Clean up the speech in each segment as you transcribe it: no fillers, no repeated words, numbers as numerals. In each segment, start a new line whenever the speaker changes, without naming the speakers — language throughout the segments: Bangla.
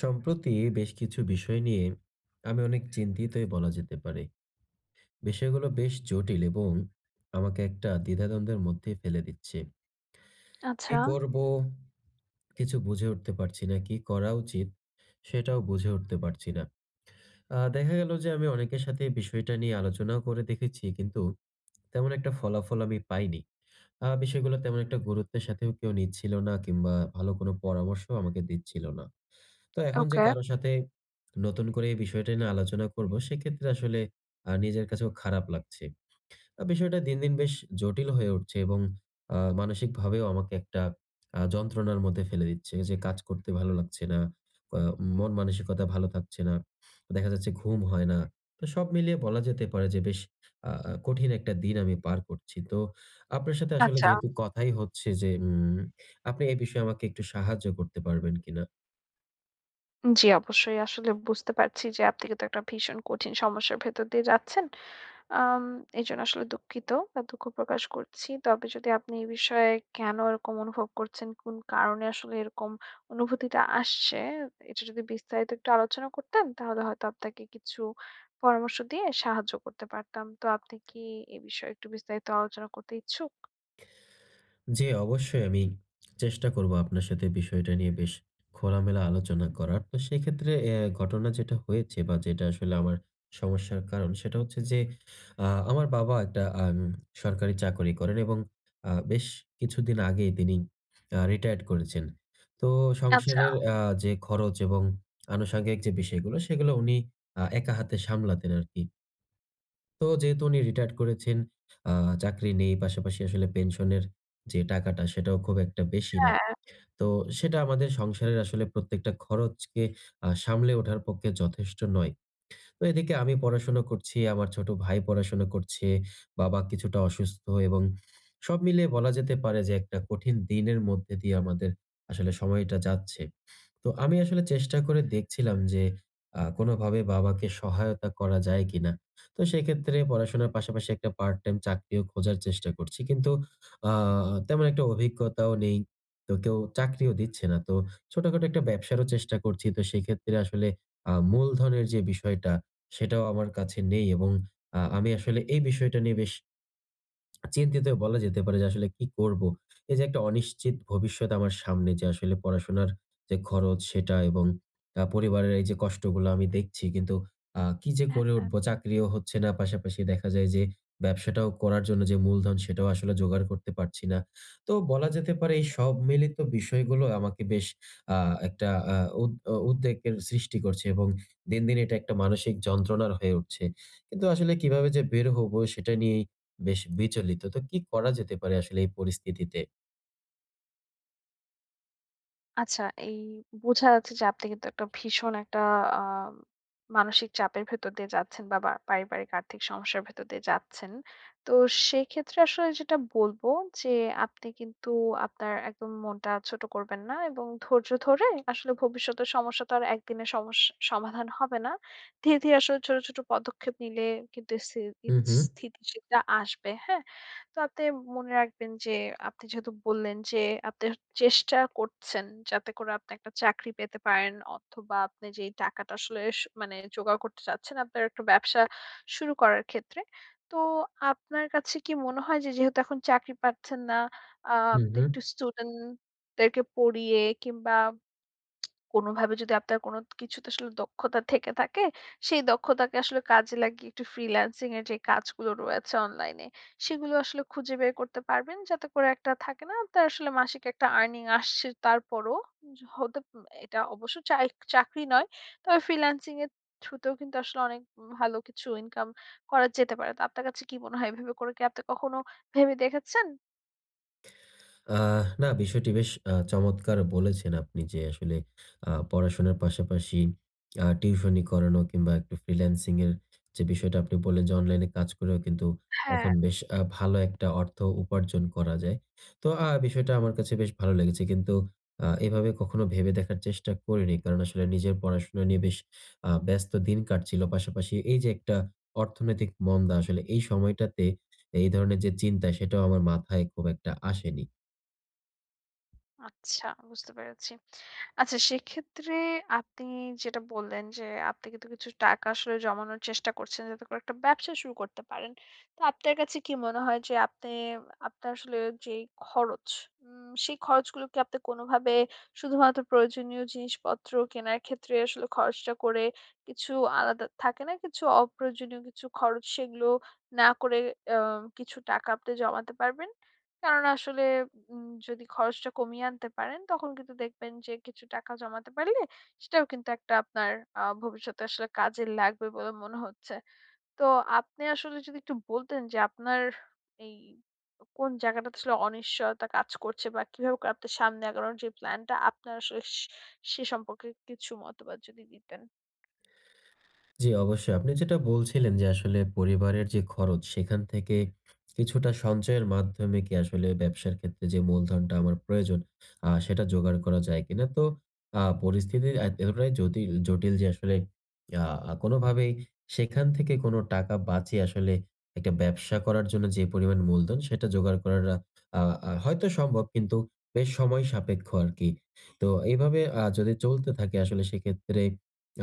সম্প্রতি বেশ কিছু বিষয় নিয়ে আমি অনেক চিন্তিতই বলা যেতে পারে। বিষয়গুলো বেশ জটিল এবং আমাকে একটা দ্বিধাদ্বন্দ্বের মধ্যে ফেলে দিচ্ছে। কি
আচ্ছা,
করব? কিছু বুঝে উঠতে পারছি না। কি করা উচিত? সেটাও বুঝে উঠতে পারছি না। দেখা গেল যে আমি অনেকের সাথে এই বিষয়টা নিয়ে আলোচনাও করে দেখেছি, কিন্তু তেমন একটা ফলাফল আমি পাইনি। বিষয়গুলো তেমন একটা গুরুত্বের সাথেও কেউ নিচ্ছিল না, কিংবা ভালো কোনো পরামর্শও আমাকে দিচ্ছিল না। তো এখন যে
ওকে।
কারো সাথে নতুন করে এই বিষয়টা নিয়ে আলোচনা করব, সেক্ষেত্রে আসলে নিজের কাছেও খারাপ লাগছে। বিষয়টা দিন, দিন বেশ জটিল হয়ে উঠছে, এবং মানসিকভাবেও আমাকে একটা যন্ত্রণার মধ্যে ফেলে দিচ্ছে। যে কাজ করতে ভালো লাগছে না, আ মন মানসিকতা ভালো থাকছে না। দেখা যাচ্ছে ঘুম হয় না। তো সব মিলিয়ে বলা যেতে পারে যে বেশ আ আ কঠিন একটা দিন আমি পার করছি। তো আপনার সাথে আসলে
আচ্ছা।
যেহেতু কথাই হচ্ছে যে আপনি এই বিষয়ে আমাকে একটু সাহায্য করতে পারবেন কিনা?
জি, অবশ্যই আসলে বুঝতে পারছি যে আপনি কিন্তু একটা ভীষণ কঠিন সমস্যার ভেতর দিয়ে যাচ্ছেন। আম এজন্য আসলে দুঃখিত বা দুঃখ প্রকাশ করছি। তবে যদি আপনি এই বিষয়ে কেন এরকম অনুভব করছেন, কোন কারণে আসলে এরকম অনুভূতিটা আসছে, এটা যদি বিস্তারিত একটু আলোচনা করতেন তাহলে হয়তো আপনাকে কিছু পরামর্শ দিয়ে সাহায্য করতে পারতাম। তো আপনি কি এ বিষয়ে একটু বিস্তারিত আলোচনা করতে ইচ্ছুক?
জি, অবশ্যই আমি চেষ্টা করব আপনার সাথে বিষয়টা নিয়ে বেশ খোলামেলা আলোচনা করার। তো সেক্ষেত্রে ঘটনা যেটা হয়েছে বা যেটা আসলে আমার সমস্যার কারণ সেটা হচ্ছে যে, আ আমার বাবা একটা সরকারি চাকরি করেন, এবং বেশ কিছুদিন আগেই তিনি রিটায়ার্ড করেছেন। তো
আচ্ছা।
সংসারের যে খরচ এবং আনুষঙ্গিক যে বিষয়গুলো, সেগুলো উনি একা হাতে সামলাতেন আরকি। তো যেহেতু উনি রিটায়ার্ড করেছেন, আ চাকরি নেই, পাশাপাশি আসলে পেনশনের যে টাকাটা সেটাও খুব একটা বেশি না।
হ্যাঁ।
তো সেটা আমাদের সংসারের আসলে প্রত্যেকটা খরচকে সামলে ওঠার পক্ষে যথেষ্ট নয়। তো এদিকে আমি পড়াশোনা করছি, আমার ছোট ভাই পড়াশোনা করছে, বাবা কিছুটা অসুস্থ, এবং সব মিলিয়ে বলা যেতে পারে যে একটা কঠিন দিনের মধ্যে দিয়ে আমাদের আসলে সময়টা যাচ্ছে। তো আমি আসলে চেষ্টা করে দেখছিলাম যে কোনোভাবে বাবাকে সহায়তা করা যায় কিনা। তো সেক্ষেত্রে পড়াশোনার পাশাপাশি একটা পার্ট টাইম চাকরিও খোঁজার চেষ্টা করছি। কিন্তু আ তেমন একটা অভিজ্ঞতাও নেই। তো কেউ চাকরিও দিচ্ছে না। তো ছোটখাটো একটা ব্যবসারও চেষ্টা করছি। তো সেক্ষেত্রে আসলে মূলধনের যে বিষয়টা সেটাও আমার কাছে নেই, এবং আমি আসলে এই বিষয়টা নিয়ে বেশ চিন্তিত, বলা যেতে পারে যে আসলে কি করব? এই যে একটা অনিশ্চিত ভবিষ্যৎ আমার সামনে, যে আসলে পড়াশোনার যে খরচ সেটা, এবং পরিবারের এই যে কষ্টগুলো আমি দেখছি, কিন্তু কি যে করে উঠবো? চাকরিও হচ্ছে না। পাশাপাশি দেখা যায় যে ব্যবসাটাও করার জন্য যে মূলধন, সেটাও আসলে জোগাড় করতে পারছি না। তো বলা যেতে পারে এই সব মিলিত বিষয়গুলো আমাকে বেশ আ একটা উদ্বেগের সৃষ্টি করছে, এবং দিন, দিন এটা একটা মানসিক যন্ত্রণার হয়ে উঠছে। কিন্তু আসলে কিভাবে যে বের হবো সেটা নিয়েই বেশ বিচলিত। তো কি করা যেতে পারে আসলে এই পরিস্থিতিতে?
আচ্ছা, এই বোঝা যাচ্ছে যে আপনি কিন্তু একটা ভীষণ একটা আ মানসিক চাপের ভেতর দিয়ে যাচ্ছেন বা বা পারিবারিক আর্থিক সমস্যার ভেতর দিয়ে যাচ্ছেন। তো সেক্ষেত্রে আসলে যেটা বলব যে, আপনি কিন্তু আপনার একদম মনটা ছোট করবেন না এবং ধৈর্য ধরে আসলে ভবিষ্যতের সমস্যা তো আর একদিনে সমস্যা সমাধান হবে না। ধীরে, ধীরে আসলে ছোট, ছোট পদক্ষেপ নিলে কিন্তু
হু, হু।
স্থিতিশীলতা আসবে। হ্যাঁ? তো আপনি মনে রাখবেন যে আপনি যেহেতু বললেন যে আপনি চেষ্টা করছেন যাতে করে আপনি একটা চাকরি পেতে পারেন অথবা আপনি যেই টাকাটা আসলে মানে জোগাড় করতে চাচ্ছেন আপনার একটা ব্যবসা শুরু করার ক্ষেত্রে। তো আপনার কাছে কি মনে হয় যে যেহেতু এখন চাকরি পাচ্ছেন না,
হু,
আপনি
হু।
একটু স্টুডেন্ট দেরকে পড়িয়ে কিংবা কোনোভাবে যদি আপনার কোনো কিছুতে আসলে দক্ষতা থেকে থাকে, সেই দক্ষতাকে আসলে কাজে লাগিয়ে একটু ফ্রিল্যান্সিং এর যে কাজগুলো রয়েছে অনলাইনে, সেগুলো আসলে খুঁজে বের করতে পারবেন। যাতে করে একটা থাকে না আপনার আসলে মাসিক একটা আর্নিং আসছে তারপরও য হতে এটা অবশ্য চাকরি নয়। তবে ফ্রিল্যান্সিং এর থ্রুতেও কিন্তু আসলে অনেক ভালো কিছু ইনকাম করা যেতে পারে। তো আপনার কাছে কি মনে হয়, এভাবে করে কি আপনি কখনো ভেবে দেখেছেন?
না, বিষয়টি বেশ চমৎকার বলেছেন আপনি, যে আসলে পড়াশোনার পাশাপাশি টিউশনি করানো, কিংবা একটু ফ্রিল্যান্সিং এর যে বিষয়টা আপনি বললেন যে অনলাইনে কাজ করেও কিন্তু
হ্যাঁ।
এখন বেশ ভালো একটা অর্থ উপার্জন করা যায়। তো বিষয়টা আমার কাছে বেশ ভালো লেগেছে। কিন্তু এভাবে কখনো ভেবে দেখার চেষ্টা করিনি। কারণ আসলে নিজের পড়াশোনা নিয়ে বেশ ব্যস্ত দিন কাটছিল। পাশাপাশি এই যে একটা অর্থনৈতিক মন্দা, আসলে এই সময়টাতে এই ধরনের যে চিন্তা, সেটাও আমার মাথায় খুব একটা আসেনি।
আচ্ছা, বুঝতে পেরেছি। আচ্ছা, সেক্ষেত্রে আপনি যেটা বললেন যে, আপনি কিন্তু কিছু টাকা আসলে জমানোর চেষ্টা করছেন যাতে করে একটা ব্যবসা শুরু করতে পারেন। তো আপনার কাছে কি মনে হয় যে আপনি আপনার আসলে যেই খরচ, সেই খরচগুলোকে আপনি কোনোভাবে শুধুমাত্র প্রয়োজনীয় জিনিসপত্র কেনার ক্ষেত্রে আসলে খরচটা করে কিছু আলাদা থাকে না? কিছু অপ্রয়োজনীয় কিছু খরচ সেগুলো না করে আ কিছু টাকা আপনি জমাতে পারবেন? কেননা আসলে যদি খরচটা কমিয়ে আনতে পারেন, তখন কিন্তু দেখবেন যে কিছু টাকা জমাতে পারলে সেটাও কিন্তু একটা আপনার ভবিষ্যতে আসলে কাজে লাগবে বলে মনে হচ্ছে। তো আপনি আসলে যদি একটু বলতেন যে আপনার এই কোন জায়গাটাতে আসলে অনিশ্চয়তা কাজ করছে, বা কিভাবে করে আপনার সামনে আগানোর যে প্ল্যানটা আপনার আসলে সে সে সম্পর্কে কিছু মতবাদ যদি দিতেন?
জি, অবশ্যই। আপনি যেটা বলছিলেন যে আসলে পরিবারের যে খরচ, সেখান থেকে কিছুটা সঞ্চয়ের মাধ্যমে কি আসলে ব্যবসার ক্ষেত্রে যে মূলধনটা আমার প্রয়োজন সেটা জোগাড় করা যায় কিনা? তো পরিস্থিতি এতটাই জটিল জটিল যে আসলে কোনোভাবেই সেখান থেকে কোনো টাকা বাঁচিয়ে আসলে একটা ব্যবসা করার জন্য যে পরিমাণ মূলধন, সেটা জোগাড় করাটা আ আ হয়তো সম্ভব, কিন্তু বেশ সময় সাপেক্ষ আরকি। তো এইভাবে যদি চলতে থাকে আসলে, সেক্ষেত্রে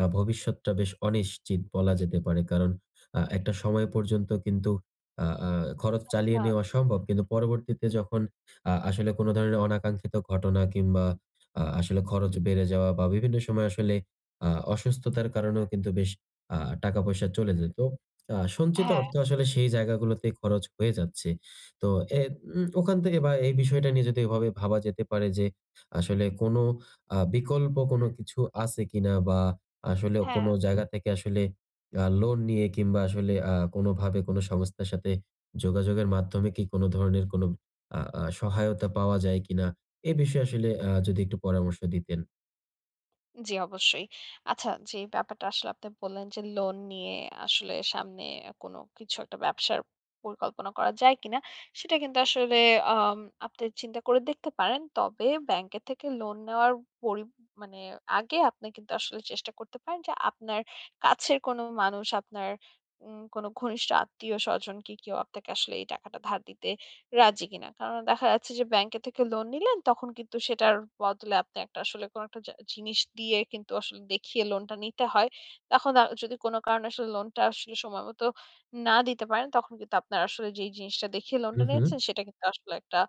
ভবিষ্যৎটা বেশ অনিশ্চিত বলা যেতে পারে। কারণ একটা সময় পর্যন্ত কিন্তু আ আ খরচ চালিয়ে
আচ্ছা।
নেওয়া সম্ভব। কিন্তু পরবর্তীতে যখন আসলে কোন ধরনের অনাকাঙ্ক্ষিত ঘটনা, কিংবা আসলে খরচ বেড়ে যাওয়া, বা বিভিন্ন সময় আসলে আ অসুস্থতার কারণেও কিন্তু বেশ আ টাকা-পয়সা চলে যেত। সঞ্চিত
হ্যাঁ,
অর্থ আসলে সেই জায়গাগুলোতে খরচ হয়ে যাচ্ছে। তো এ উম ওখান থেকে, বা এই বিষয়টা নিয়ে যদি এভাবে ভাবা যেতে পারে যে আসলে কোন বিকল্প কোন কিছু আছে কিনা, বা আসলে
হ্যাঁ।
কোনো জায়গা থেকে আসলে লোন নিয়ে, কিংবা আসলে কোনোভাবে কোনো সংস্থার সাথে যোগাযোগের মাধ্যমে কি কোনো ধরনের কোনো আ আ সহায়তা পাওয়া যায় কিনা? এ বিষয়ে আসলে যদি একটু পরামর্শ দিতেন।
জি, অবশ্যই। আচ্ছা, যে ব্যাপারটা আসলে আপনি বললেন যে লোন নিয়ে আসলে সামনে কোনো কিছু একটা ব্যবসার পরিকল্পনা করা যায় কিনা, সেটা কিন্তু আসলে আম আপনি চিন্তা করে দেখতে পারেন। তবে ব্যাংকের থেকে লোন নেওয়ার পরি মানে আগে আপনি কিন্তু আসলে চেষ্টা করতে পারেন যে আপনার কাছের কোনো মানুষ, আপনার কোনো ঘনিষ্ঠ আত্মীয়-স্বজন কি কেউ আপনাকে আসলে এই টাকাটা ধার দিতে রাজি কিনা। কারণ দেখা যাচ্ছে যে ব্যাংকে থেকে লোন নিলেন তখন কিন্তু সেটার বদলে আপনি একটা আসলে কোন একটা জিনিস দিয়ে কিন্তু আসলে দেখিয়ে লোনটা নিতে হয়। তখন যদি কোন কারণে আসলে লোনটা আসলে সময়মতো না দিতে পারেন তখন কিন্তু আপনার আসলে যেই জিনিসটা দেখিয়ে
হু,
লোনটা
হু।
নিয়েছেন সেটা কিন্তু আসলে একটা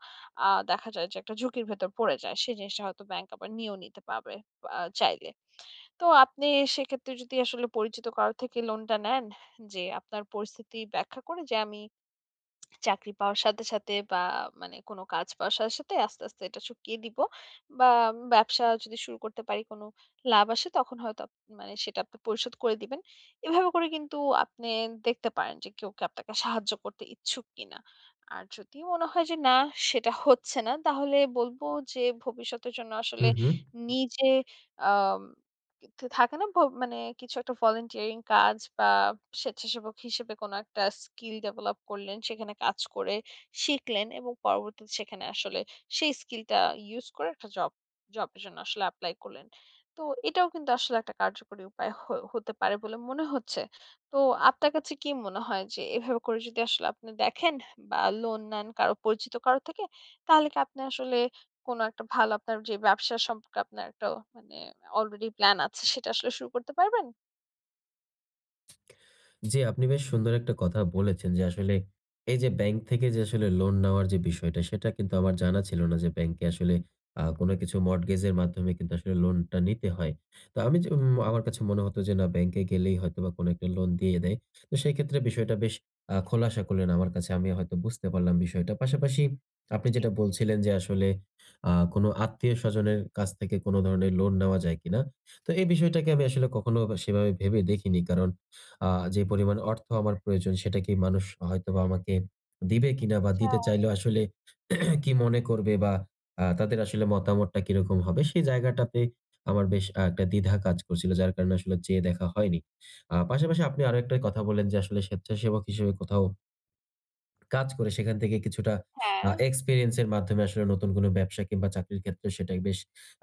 আ দেখা যায় যে একটা ঝুঁকির ভেতর পড়ে যায়। সেই জিনিসটা হয়তো ব্যাংক আবার নিয়েও নিতে পারবে চাইলে। তো আপনি সেক্ষেত্রে যদি আসলে পরিচিত কারো থেকে লোনটা নেন, যে আপনার পরিস্থিতি ব্যাখ্যা করে যে আমি চাকরি পাওয়ার সাথে, সাথে বা মানে কোনো কাজ পাওয়ার সাথে, সাথে আস্তে, আস্তে এটা শুকিয়ে দিব। বা ব্যবসা যদি শুরু করতে পারি কোনো লাভ আসে তখন হয়তো মানে সেটা আপনি পরিশোধ করে দিবেন। এভাবে করে কিন্তু আপনি দেখতে পারেন যে কেউ কি আপনাকে সাহায্য করতে ইচ্ছুক কিনা। আর যদি মনে হয় যে না, সেটা হচ্ছে না, তাহলে বলব যে ভবিষ্যতের জন্য
হু,
আসলে
হু।
নিজে আম কিন্তু থাকে না, মানে কিছু একটা ভলান্টিয়ারিং কাজ বা স্বেচ্ছাসেবক হিসেবে কোনো একটা স্কিল ডেভেলপ করলেন, সেখানে কাজ করে শিখলেন এবং পরবর্তীতে সেখানে আসলে সেই স্কিলটা ইউস করে একটা জবের জন্য আসলে এপ্লাই করলেন। তো এটাও কিন্তু আসলে একটা কার্যকরী উপায় হতে পারে বলে মনে হচ্ছে। তো আপনার কাছে কি মনে হয় যে এভাবে করে যদি আসলে আপনি দেখেন বা লোন নেন কারো, পরিচিত কারো থেকে, তাহলে কি আপনি আসলে কোন একটা ভালো আপনার যে ব্যবসা সম্পর্কে আপনার একটা মানে অলরেডি প্ল্যান আছে সেটা আসলে শুরু করতে পারবেন?
জি, আপনি বেশ সুন্দর একটা কথা বলেছেন, যে আসলে এই যে ব্যাংক থেকে যে আসলে লোন নেওয়ার যে বিষয়টা, সেটা কিন্তু আমার জানা ছিল না যে ব্যাংকে আসলে কোনো কিছু মর্টগেজের মাধ্যমে কিন্তু আসলে লোনটা নিতে হয়। তো আমি যে, আমার কাছে মনে হতো যে না, ব্যাংকে গেলেই হয়তোবা কোনো একটা লোন দিয়ে দেয়। তো সেক্ষেত্রে বিষয়টা বেশ খোলাসা করলেন আমার কাছে। আমি হয়তো বুঝতে পারলাম বিষয়টা। পাশাপাশি আপনি
জি।
যেটা বলছিলেন যে আসলে কোনো আত্মীয়স্বজনের কাছ থেকে কোনো ধরনের লোন নেওয়া যায় কিনা? তো এই বিষয়টাকে আমি আসলে কখনো সেভাবে ভেবে দেখিনি। কারণ আ যে পরিমাণ অর্থ আমার প্রয়োজন, সেটা কি মানুষ হয়তোবা আমাকে দিবে কিনা, বা
আচ্ছা।
দিতে চাইলেও আসলে কি মনে করবে, বা তাদের আসলে মতামতটা কিরকম হবে, সেই জায়গাটাতে আমার বেশ একটা দ্বিধা কাজ করছিল, যার কারণে আসলে যেয়ে দেখা হয়নি। পাশাপাশি আপনি আরো একটা কথা বললেন যে আসলে স্বেচ্ছাসেবক হিসেবে কোথাও কাজ করে সেখান থেকে কিছুটা
হ্যাঁ।
এক্সপেরিয়েন্স এর মাধ্যমে আসলে নতুন কোনো ব্যবসা কিংবা চাকরির ক্ষেত্রে সেটাই বেশ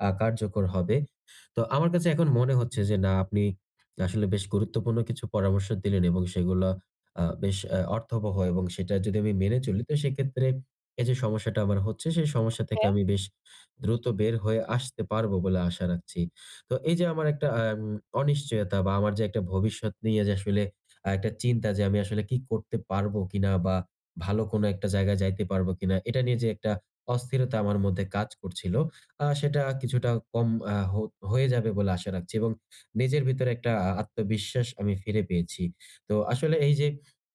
কার্যকর হবে। তো আমার কাছে এখন মনে হচ্ছে যে, না, আপনি আসলে বেশ গুরুত্বপূর্ণ কিছু পরামর্শ দিলেন, এবং সেগুলা বেশ অর্থবহ, এবং সেটা যদি আমি মেনে চলি, তো সেক্ষেত্রে এই যে সমস্যাটা আমার হচ্ছে, সেই সমস্যা থেকে আমি বেশ দ্রুত বের হয়ে আসতে পারবো বলে আশা রাখছি। তো এই যে আমার একটা অনিশ্চয়তা, বা আমার যে একটা ভবিষ্যৎ নিয়ে যে আসলে একটা চিন্তা, যে আমি আসলে কি করতে পারবো কিনা, বা ভালো কোনো একটা জায়গায় যাইতে পারবো কিনা? এটা নিয়ে যে একটা অস্থিরতা আমার মধ্যে কাজ করছিল, সেটা কিছুটা কম আ হ হয়ে যাবে বলে আশা রাখছি, এবং নিজের ভিতরে একটা আত্মবিশ্বাস আমি ফিরে পেয়েছি। তো আসলে এই যে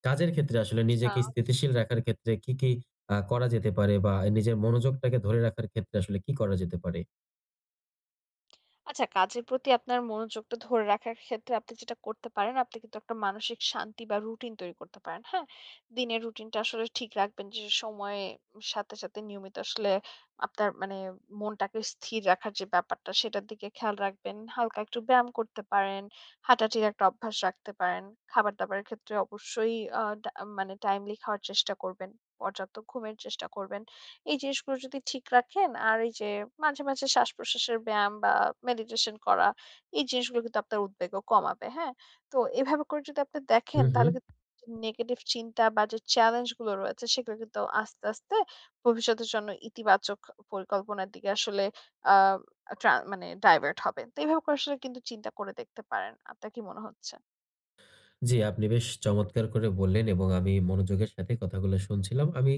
কাজের ক্ষেত্রে আসলে
আচ্ছা।
নিজেকে স্থিতিশীল রাখার ক্ষেত্রে কি করা যেতে পারে, বা নিজের মনোযোগটাকে ধরে রাখার ক্ষেত্রে আসলে কি করা যেতে পারে?
আচ্ছা, কাজের প্রতি আপনার মনোযোগটা ধরে রাখার ক্ষেত্রে আপনি যেটা করতে পারেন, আপনি কিন্তু একটা মানসিক শান্তি বা রুটিন তৈরি করতে পারেন। হ্যাঁ? দিনের রুটিনটা আসলে ঠিক রাখবেন, যে সময়ে সাথে, সাথে নিয়মিত আসলে আপনার মানে মনটাকে স্থির রাখার যে ব্যাপারটা সেটার দিকে খেয়াল রাখবেন। হালকা একটু ব্যায়াম করতে পারেন, হাঁটাহাঁটির একটা অভ্যাস রাখতে পারেন। খাবার-দাবারের ক্ষেত্রে অবশ্যই আ ডা মানে টাইমলি খাওয়ার চেষ্টা করবেন। পর্যাপ্ত ঘুমের চেষ্টা করবেন। এই জিনিসগুলো যদি ঠিক রাখেন আর এই যে মাঝে, মাঝে শ্বাস-প্রশ্বাসের ব্যায়াম বা মেডিটেশন করা, এই জিনিসগুলো কিন্তু আপনার উদ্বেগও কমাবে। হ্যাঁ? তো এভাবে করে যদি আপনি
হু,
দেখেন
হু।
তাহলে কিন্তু নেগেটিভ চিন্তা বা যে চ্যালেঞ্জ গুলো রয়েছে সেগুলো কিন্তু আস্তে, আস্তে ভবিষ্যতের জন্য ইতিবাচক পরিকল্পনার দিকে আসলে আ ট্রা মানে ডাইভার্ট হবে। তো এভাবে করে আসলে কিন্তু চিন্তা করে দেখতে পারেন। আপনার কি মনে হচ্ছে?
জি, আপনি বেশ চমৎকার করে বললেন, এবং আমি মনোযোগের সাথে কথাগুলো শুনছিলাম। আমি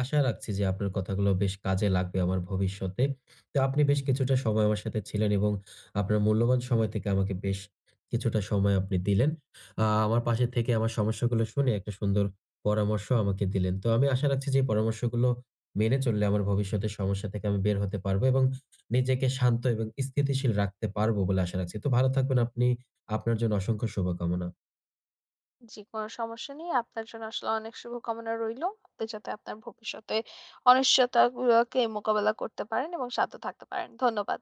আশা রাখছি যে আপনার কথাগুলো বেশ কাজে লাগবে আমার ভবিষ্যতে। তো আপনি বেশ কিছুটা সময় আমার সাথে ছিলেন, এবং আপনার মূল্যবান সময় থেকে আমাকে বেশ কিছুটা সময় আপনি দিলেন। আমার পাশে থেকে আমার সমস্যাগুলো শুনে একটা সুন্দর পরামর্শ আমাকে দিলেন। তো আমি আশা রাখছি যে এই পরামর্শগুলো মেনে চললে আমার ভবিষ্যতের সমস্যা থেকে আমি বের হতে পারবো, এবং নিজেকে শান্ত এবং স্থিতিশীল রাখতে পারবো বলে আশা রাখছি। তো ভালো থাকবেন আপনি। আপনার জন্য অসংখ্য শুভকামনা।
জি, কোনো সমস্যা নেই। আপনার জন্য আসলে অনেক শুভকামনা রইলো। আপনি যাতে আপনার ভবিষ্যতে অনিশ্চয়তাগুলোকে মোকাবেলা করতে পারেন এবং শান্ত থাকতে পারেন। ধন্যবাদ।